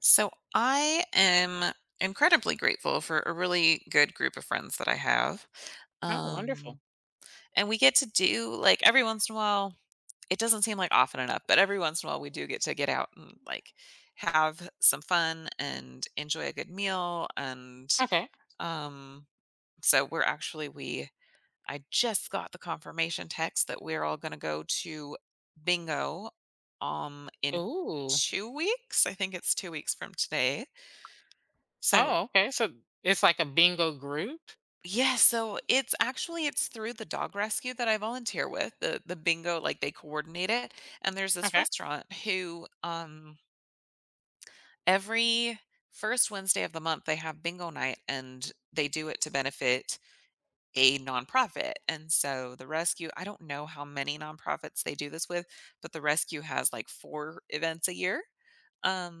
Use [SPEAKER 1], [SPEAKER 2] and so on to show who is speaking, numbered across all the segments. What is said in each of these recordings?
[SPEAKER 1] So I am incredibly grateful for a really good group of friends that I have.
[SPEAKER 2] Oh, wonderful.
[SPEAKER 1] Um, and we get to do, like, every once in a while — it doesn't seem like often enough, but every once in a while we do get to get out and, like, have some fun and enjoy a good meal. And
[SPEAKER 2] Okay.
[SPEAKER 1] um, so we're actually, we, I just got the confirmation text that we're all going to go to bingo in
[SPEAKER 2] Ooh.
[SPEAKER 1] 2 weeks. I think it's 2 weeks from today. So
[SPEAKER 2] Oh, okay. So it's like a bingo group.
[SPEAKER 1] yeah, so it's actually it's through the dog rescue that I volunteer with, the bingo, like, they coordinate it. And there's this
[SPEAKER 2] Okay.
[SPEAKER 1] restaurant who every first Wednesday of the month they have bingo night, and they do it to benefit a nonprofit. And so the rescue, I don't know how many nonprofits they do this with, but the rescue has, like, 4 events a year.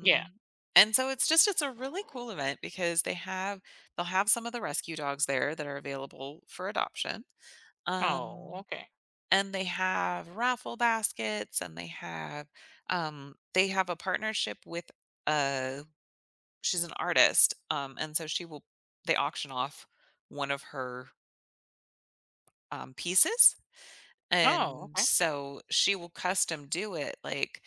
[SPEAKER 2] Yeah.
[SPEAKER 1] and so it's just, it's a really cool event because they have they'll have some of the rescue dogs there that are available for adoption.
[SPEAKER 2] Oh,
[SPEAKER 1] Um,
[SPEAKER 2] okay.
[SPEAKER 1] and they have raffle baskets, and they have a partnership with uh she's an artist. And so she will they auction off one of her pieces.
[SPEAKER 2] Oh,
[SPEAKER 1] And
[SPEAKER 2] okay.
[SPEAKER 1] so she will custom do it, like,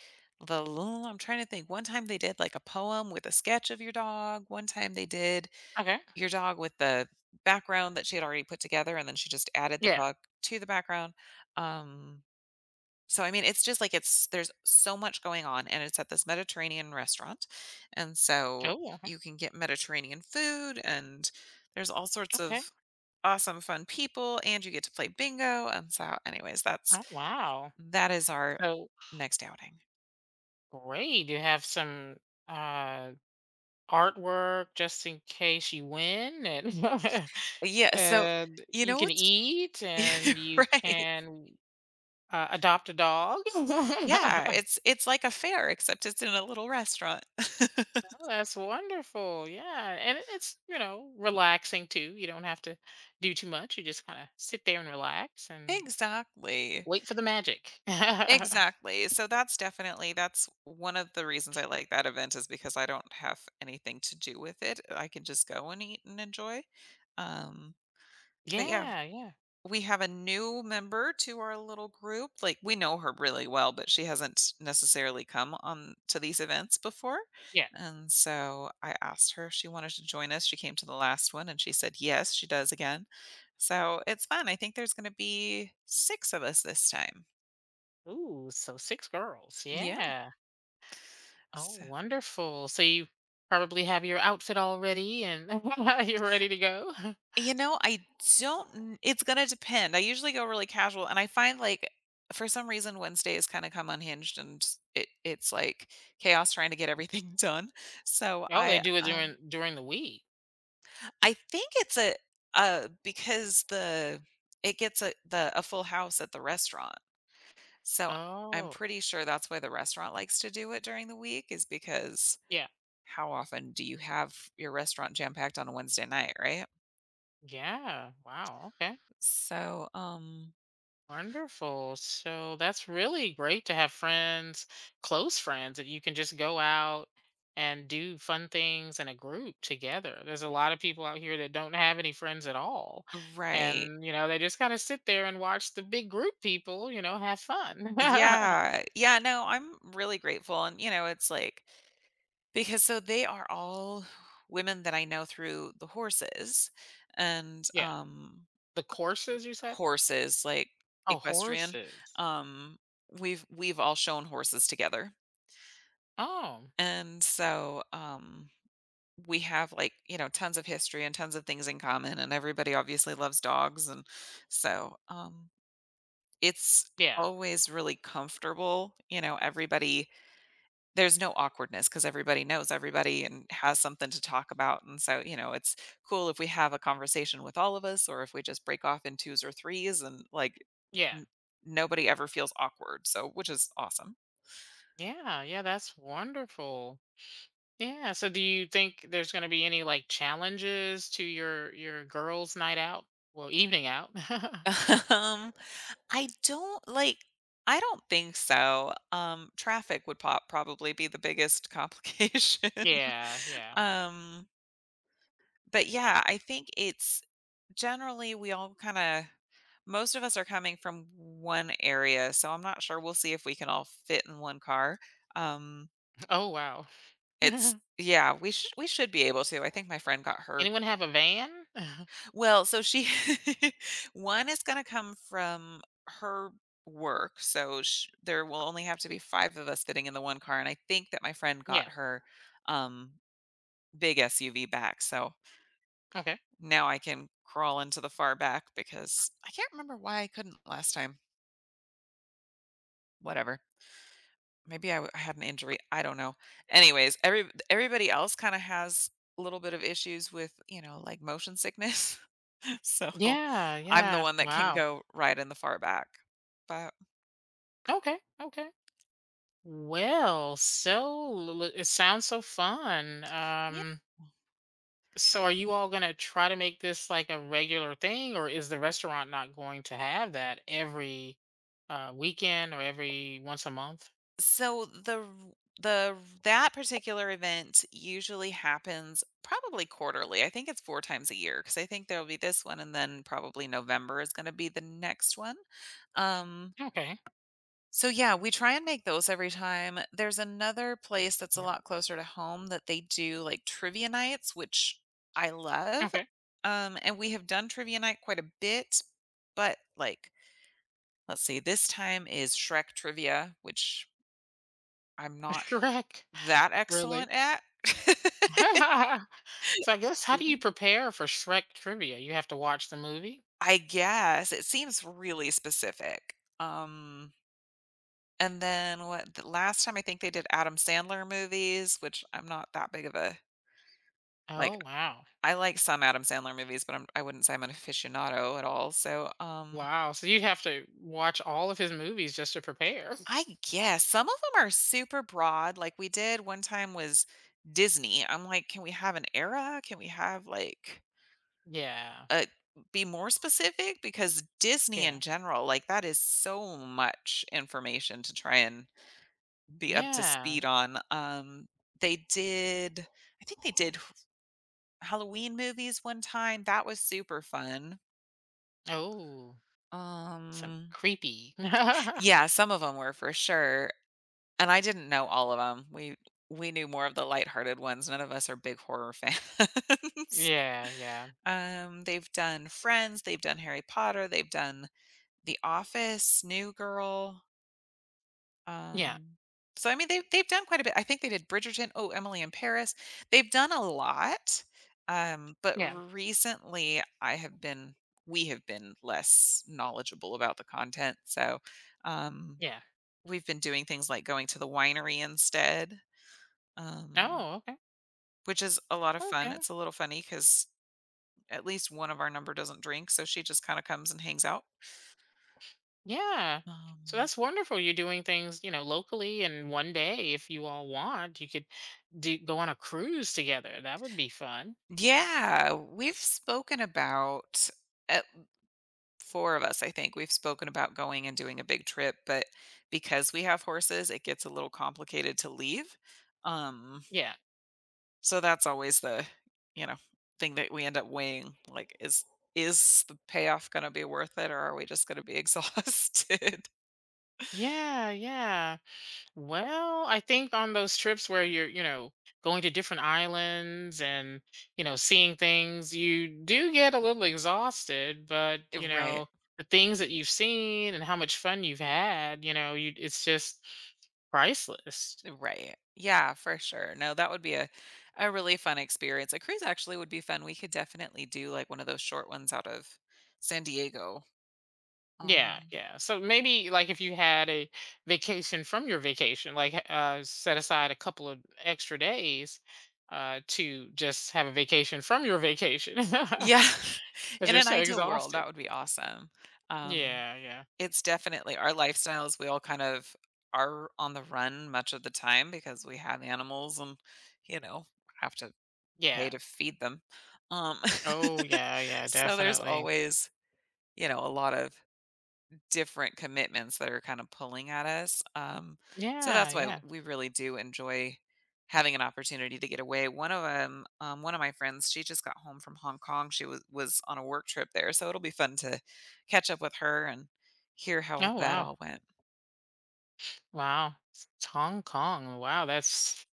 [SPEAKER 1] I'm trying to think. One time they did like a poem with a sketch of your dog. One time they did
[SPEAKER 2] Okay.
[SPEAKER 1] your dog with the background that she had already put together, and then she just added the
[SPEAKER 2] Yeah.
[SPEAKER 1] dog to the background. Um so I mean, it's just like, it's there's so much going on, and it's at this Mediterranean restaurant. And so
[SPEAKER 2] Oh, okay.
[SPEAKER 1] you can get Mediterranean food, and there's all sorts of
[SPEAKER 2] Okay.
[SPEAKER 1] awesome fun people, and you get to play bingo, and so anyways, that's
[SPEAKER 2] Oh, wow.
[SPEAKER 1] that is our
[SPEAKER 2] So
[SPEAKER 1] next outing.
[SPEAKER 2] great. You have some uh artwork just in case you win and
[SPEAKER 1] Yeah, so
[SPEAKER 2] and
[SPEAKER 1] you
[SPEAKER 2] you
[SPEAKER 1] know
[SPEAKER 2] can
[SPEAKER 1] what's
[SPEAKER 2] eat and you
[SPEAKER 1] right.
[SPEAKER 2] can adopt a dog.
[SPEAKER 1] Yeah, it's like a fair except it's in a little restaurant.
[SPEAKER 2] Oh, that's wonderful. Yeah. And it's, you know, relaxing too. You don't have to do too much. You just kind of sit there and relax and
[SPEAKER 1] Exactly.
[SPEAKER 2] wait for the magic. Yeah.
[SPEAKER 1] Exactly. So that's definitely that's one of the reasons I like that event, is because I don't have anything to do with it. I can just go and eat and enjoy. Um, but yeah,
[SPEAKER 2] Yeah.
[SPEAKER 1] we have a new member to our little group. Like, we know her really well, but she hasn't necessarily come on to these events before.
[SPEAKER 2] Yeah.
[SPEAKER 1] And so I asked her if she wanted to join us. She came to the last one, and she said yes, she does again. So it's fun. I think there's going to be 6 of us this time.
[SPEAKER 2] Ooh, so six girls.
[SPEAKER 1] Yeah.
[SPEAKER 2] Yeah. Oh,
[SPEAKER 1] So
[SPEAKER 2] wonderful. So you probably have your outfit already, and you're ready to go.
[SPEAKER 1] you know, I don't kn it's gonna depend. I usually go really casual, and I find, like, for some reason, Wednesday has kinda come unhinged, and just it it's, like, chaos trying to get everything done. So
[SPEAKER 2] Oh, they do it during the week.
[SPEAKER 1] I think it's a because the it gets a the a full house at the restaurant. So I'm
[SPEAKER 2] Oh.
[SPEAKER 1] pretty sure that's why the restaurant likes to do it during the week, is because
[SPEAKER 2] Yeah.
[SPEAKER 1] how often do you have your restaurant jam-packed on a Wednesday night, right?
[SPEAKER 2] Yeah. Wow. Okay.
[SPEAKER 1] So,
[SPEAKER 2] Wonderful. So that's really great to have friends, close friends that you can just go out and do fun things in a group together. There's a lot of people out here that don't have any friends at all.
[SPEAKER 1] right.
[SPEAKER 2] And, you know, they just kind of sit there and watch the big group people, you know, have fun.
[SPEAKER 1] Yeah. Yeah, no, I'm really grateful, and, you know, it's like because so they are all women that I know through the horses and,
[SPEAKER 2] Yeah. The courses you said?
[SPEAKER 1] horses, like,
[SPEAKER 2] Oh,
[SPEAKER 1] equestrian,
[SPEAKER 2] horses.
[SPEAKER 1] um, we've all shown horses together,
[SPEAKER 2] Oh,
[SPEAKER 1] and so, we have, like, you know, tons of history and tons of things in common, and everybody obviously loves dogs, and so, it's
[SPEAKER 2] yeah.
[SPEAKER 1] always really comfortable, you know, everybody There's no awkwardness because everybody knows everybody and has something to talk about, and so, you know, it's cool if we have a conversation with all of us or if we just break off in 2s or 3s and, like,
[SPEAKER 2] Yeah.
[SPEAKER 1] n nobody ever feels awkward, so which is awesome.
[SPEAKER 2] Yeah. Yeah. That's wonderful. Yeah. So do you think there's going to be any like challenges to your girls' night out? Well, evening out.
[SPEAKER 1] Um, I don't like I don't think so. Traffic would pop probably be the biggest complication.
[SPEAKER 2] Yeah. Yeah.
[SPEAKER 1] Um, but yeah, I think it's generally we all kind of most of us are coming from one area, so I'm not sure. We'll see if we can all fit in one car. Um,
[SPEAKER 2] Oh wow.
[SPEAKER 1] it's yeah, we should be able to. I think my friend got her
[SPEAKER 2] Anyone have a van?
[SPEAKER 1] well, so she one is gonna come from her work, so sh there will only have to be 5 of us fitting in the one car, and I think that my friend
[SPEAKER 2] Yeah.
[SPEAKER 1] got her, um, big SUV back, so
[SPEAKER 2] Okay.
[SPEAKER 1] now I can crawl into the far back, because I can't remember why I couldn't last time. Whatever. Maybe I had an injury, I don't know. Anyways, everybody else kinda has a little bit of issues with, you know, like, motion sickness, so
[SPEAKER 2] Yeah.
[SPEAKER 1] I'm the
[SPEAKER 2] Yeah.
[SPEAKER 1] one that can
[SPEAKER 2] Wow.
[SPEAKER 1] go right in the far back. But
[SPEAKER 2] Okay. Okay. Well, so it sounds so fun.
[SPEAKER 1] yeah.
[SPEAKER 2] So are you all gonna try to make this like a regular thing, or is the restaurant not going to have that every weekend or every once a month?
[SPEAKER 1] So the that particular event usually happens probably quarterly. I think it's 4 times a year, because I think there'll be this one and then probably November is going to be the next one. Um
[SPEAKER 2] Okay.
[SPEAKER 1] So yeah, we try and make those every time. There's another place that's a
[SPEAKER 2] Yeah.
[SPEAKER 1] lot closer to home that they do like trivia nights, which I love.
[SPEAKER 2] Okay.
[SPEAKER 1] And we have done trivia night quite a bit, but like, let's see, this time is Shrek trivia, which I'm not
[SPEAKER 2] Shrek.
[SPEAKER 1] that
[SPEAKER 2] Really?
[SPEAKER 1] excellent at.
[SPEAKER 2] So I guess how do you
[SPEAKER 1] Seems-
[SPEAKER 2] prepare for Shrek trivia? You have to watch the movie?
[SPEAKER 1] I guess it seems really specific. And then what the last time I think they did Adam Sandler movies, which I'm not that big of a like
[SPEAKER 2] Oh wow.
[SPEAKER 1] I like some Adam Sandler movies, but I'm I wouldn't say I'm an aficionado at all, so,
[SPEAKER 2] Wow. So you'd have to watch all of his movies just to prepare.
[SPEAKER 1] I guess some of them are super broad, like, we did one time was Disney. I'm like, "Can we have an era? Can we have, like,
[SPEAKER 2] Yeah.
[SPEAKER 1] a be more specific?" Because Disney
[SPEAKER 2] Yeah.
[SPEAKER 1] in general, like, that is so much information to try and be up to
[SPEAKER 2] Yeah.
[SPEAKER 1] speed on. They did I think they did Halloween movies one time, that was super fun.
[SPEAKER 2] Oh. Some
[SPEAKER 1] Um
[SPEAKER 2] creepy. Yeah,
[SPEAKER 1] Yeah, some of them were for sure, and I didn't know all of them. We knew more of the lighthearted ones. None of us are big horror fans.
[SPEAKER 2] yeah.
[SPEAKER 1] They've done Friends, they've done Harry Potter, they've done The Office, New Girl,
[SPEAKER 2] Yeah.
[SPEAKER 1] um, so, I mean, they've done quite a bit. I think they did Bridgerton. Oh, Emily in Paris. They've done a lot, but
[SPEAKER 2] Yeah.
[SPEAKER 1] recently I have been we have been less knowledgeable about the content, so, um
[SPEAKER 2] Yeah.
[SPEAKER 1] we've been doing things like going to the winery instead, um,
[SPEAKER 2] Oh, okay.
[SPEAKER 1] which is a lot of fun.
[SPEAKER 2] Okay.
[SPEAKER 1] It's a little funny because at least one of our number doesn't drink, so she just kinda comes and hangs out.
[SPEAKER 2] Yeah. So
[SPEAKER 1] Um
[SPEAKER 2] that's wonderful. You're doing things, you know, locally. And one day, if you all want, you could do, go on a cruise together. That would be fun.
[SPEAKER 1] Yeah, we've spoken about uh, 4 of us, I think, we've spoken about going and doing a big trip, but because we have horses, it gets a little complicated to leave. Um
[SPEAKER 2] Yeah.
[SPEAKER 1] So that's always the, you know, thing that we end up weighing, like, is the payoff gonna be worth it, or are we just gonna be exhausted?
[SPEAKER 2] Yeah. Yeah. Well, I think on those trips where you're, you know, going to different islands and, you know, seeing things, you do get a little exhausted, but, you
[SPEAKER 1] Right,
[SPEAKER 2] know, the things that you've seen and how much fun you've had, you know, you, it's just priceless.
[SPEAKER 1] right. Yeah, for sure. No, that would be a really fun experience. A cruise actually would be fun. We could definitely do, like, one of those short ones out of San Diego.
[SPEAKER 2] Yeah,
[SPEAKER 1] Um
[SPEAKER 2] yeah. So maybe like if you had a vacation from your vacation, like set aside a couple of extra days to just have a vacation from your vacation
[SPEAKER 1] Yeah.
[SPEAKER 2] because
[SPEAKER 1] In
[SPEAKER 2] you're
[SPEAKER 1] an
[SPEAKER 2] so
[SPEAKER 1] ideal world,
[SPEAKER 2] exhausted.
[SPEAKER 1] that would be awesome. Um
[SPEAKER 2] Yeah, yeah,
[SPEAKER 1] It's definitely our lifestyles, we all kind of are on the run much of the time because we have animals and, you know, have to pay
[SPEAKER 2] yeah.
[SPEAKER 1] to feed them. Um,
[SPEAKER 2] Oh, yeah, yeah,
[SPEAKER 1] so there's
[SPEAKER 2] definitely.
[SPEAKER 1] always, you know, a lot of different commitments that are kind of pulling at us. So
[SPEAKER 2] Yeah,
[SPEAKER 1] that's why
[SPEAKER 2] yeah.
[SPEAKER 1] we really do enjoy having an opportunity to get away. One of them, one of my friends, she just got home from Hong Kong. She was on a work trip there, so it'll be fun to catch up with her and hear how
[SPEAKER 2] Oh,
[SPEAKER 1] that
[SPEAKER 2] wow,
[SPEAKER 1] all went.
[SPEAKER 2] wow. It's Hong Kong. Wow, that's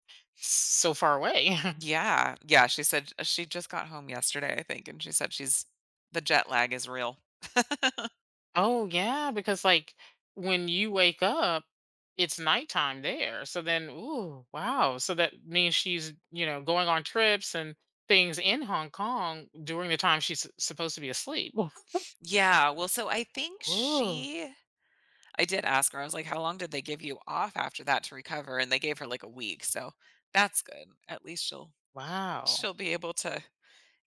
[SPEAKER 2] so far away.
[SPEAKER 1] Yeah, yeah. She said she just got home yesterday, I think, and she said she's the jet lag is real.
[SPEAKER 2] Oh yeah, because like when you wake up, it's nighttime there. So then, ooh, wow. So that means she's, you know, going on trips and things in Hong Kong during the time supposed to be asleep.
[SPEAKER 1] Yeah, well, so I think
[SPEAKER 2] Ooh,
[SPEAKER 1] she I did ask her, I was like, "How long did they give you off after that to recover?" And they gave her, like, a week, so that's good. At least
[SPEAKER 2] wow.
[SPEAKER 1] she'll be able to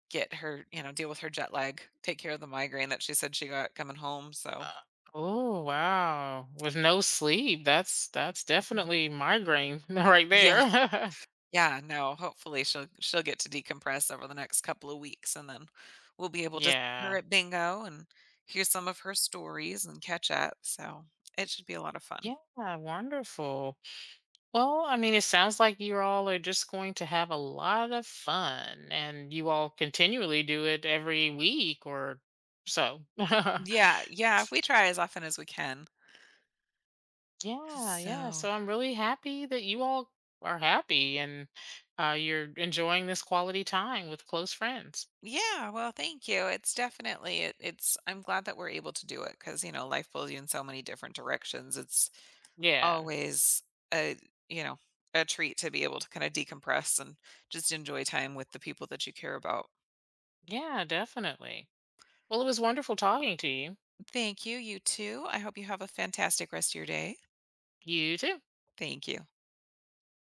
[SPEAKER 1] get her you know, deal with her jet lag, take care of the migraine that she said she got coming home, so
[SPEAKER 2] Uh, oh, wow. With no sleep, that's definitely migraine right
[SPEAKER 1] yeah,
[SPEAKER 2] there.
[SPEAKER 1] yeah, no, hopefully she'll get to decompress over the next couple of weeks, and then we'll be able to see her
[SPEAKER 2] Yeah.
[SPEAKER 1] at bingo and hear some of her stories and catch up, so it should be a lot of fun.
[SPEAKER 2] Yeah, wonderful. Well, I mean, it sounds like you all are just going to have a lot of fun and you all continually do it every week or so.
[SPEAKER 1] Yeah, yeah, we try as often as we can.
[SPEAKER 2] Yeah, yeah.
[SPEAKER 1] So,
[SPEAKER 2] So I'm really happy that you all are happy and you're enjoying this quality time with close friends.
[SPEAKER 1] yeah, well, thank you. It's definitely it, it's I'm glad that we're able to do it, cuz you know, life pulls you in so many different directions. It's
[SPEAKER 2] Yeah,
[SPEAKER 1] always a, you know, a treat to be able to kind of decompress and just enjoy time with the people that you care about.
[SPEAKER 2] yeah, definitely. Well, it was wonderful talking to you.
[SPEAKER 1] Thank you. You too. I hope you have a fantastic rest of your day.
[SPEAKER 2] You too.
[SPEAKER 1] Thank you.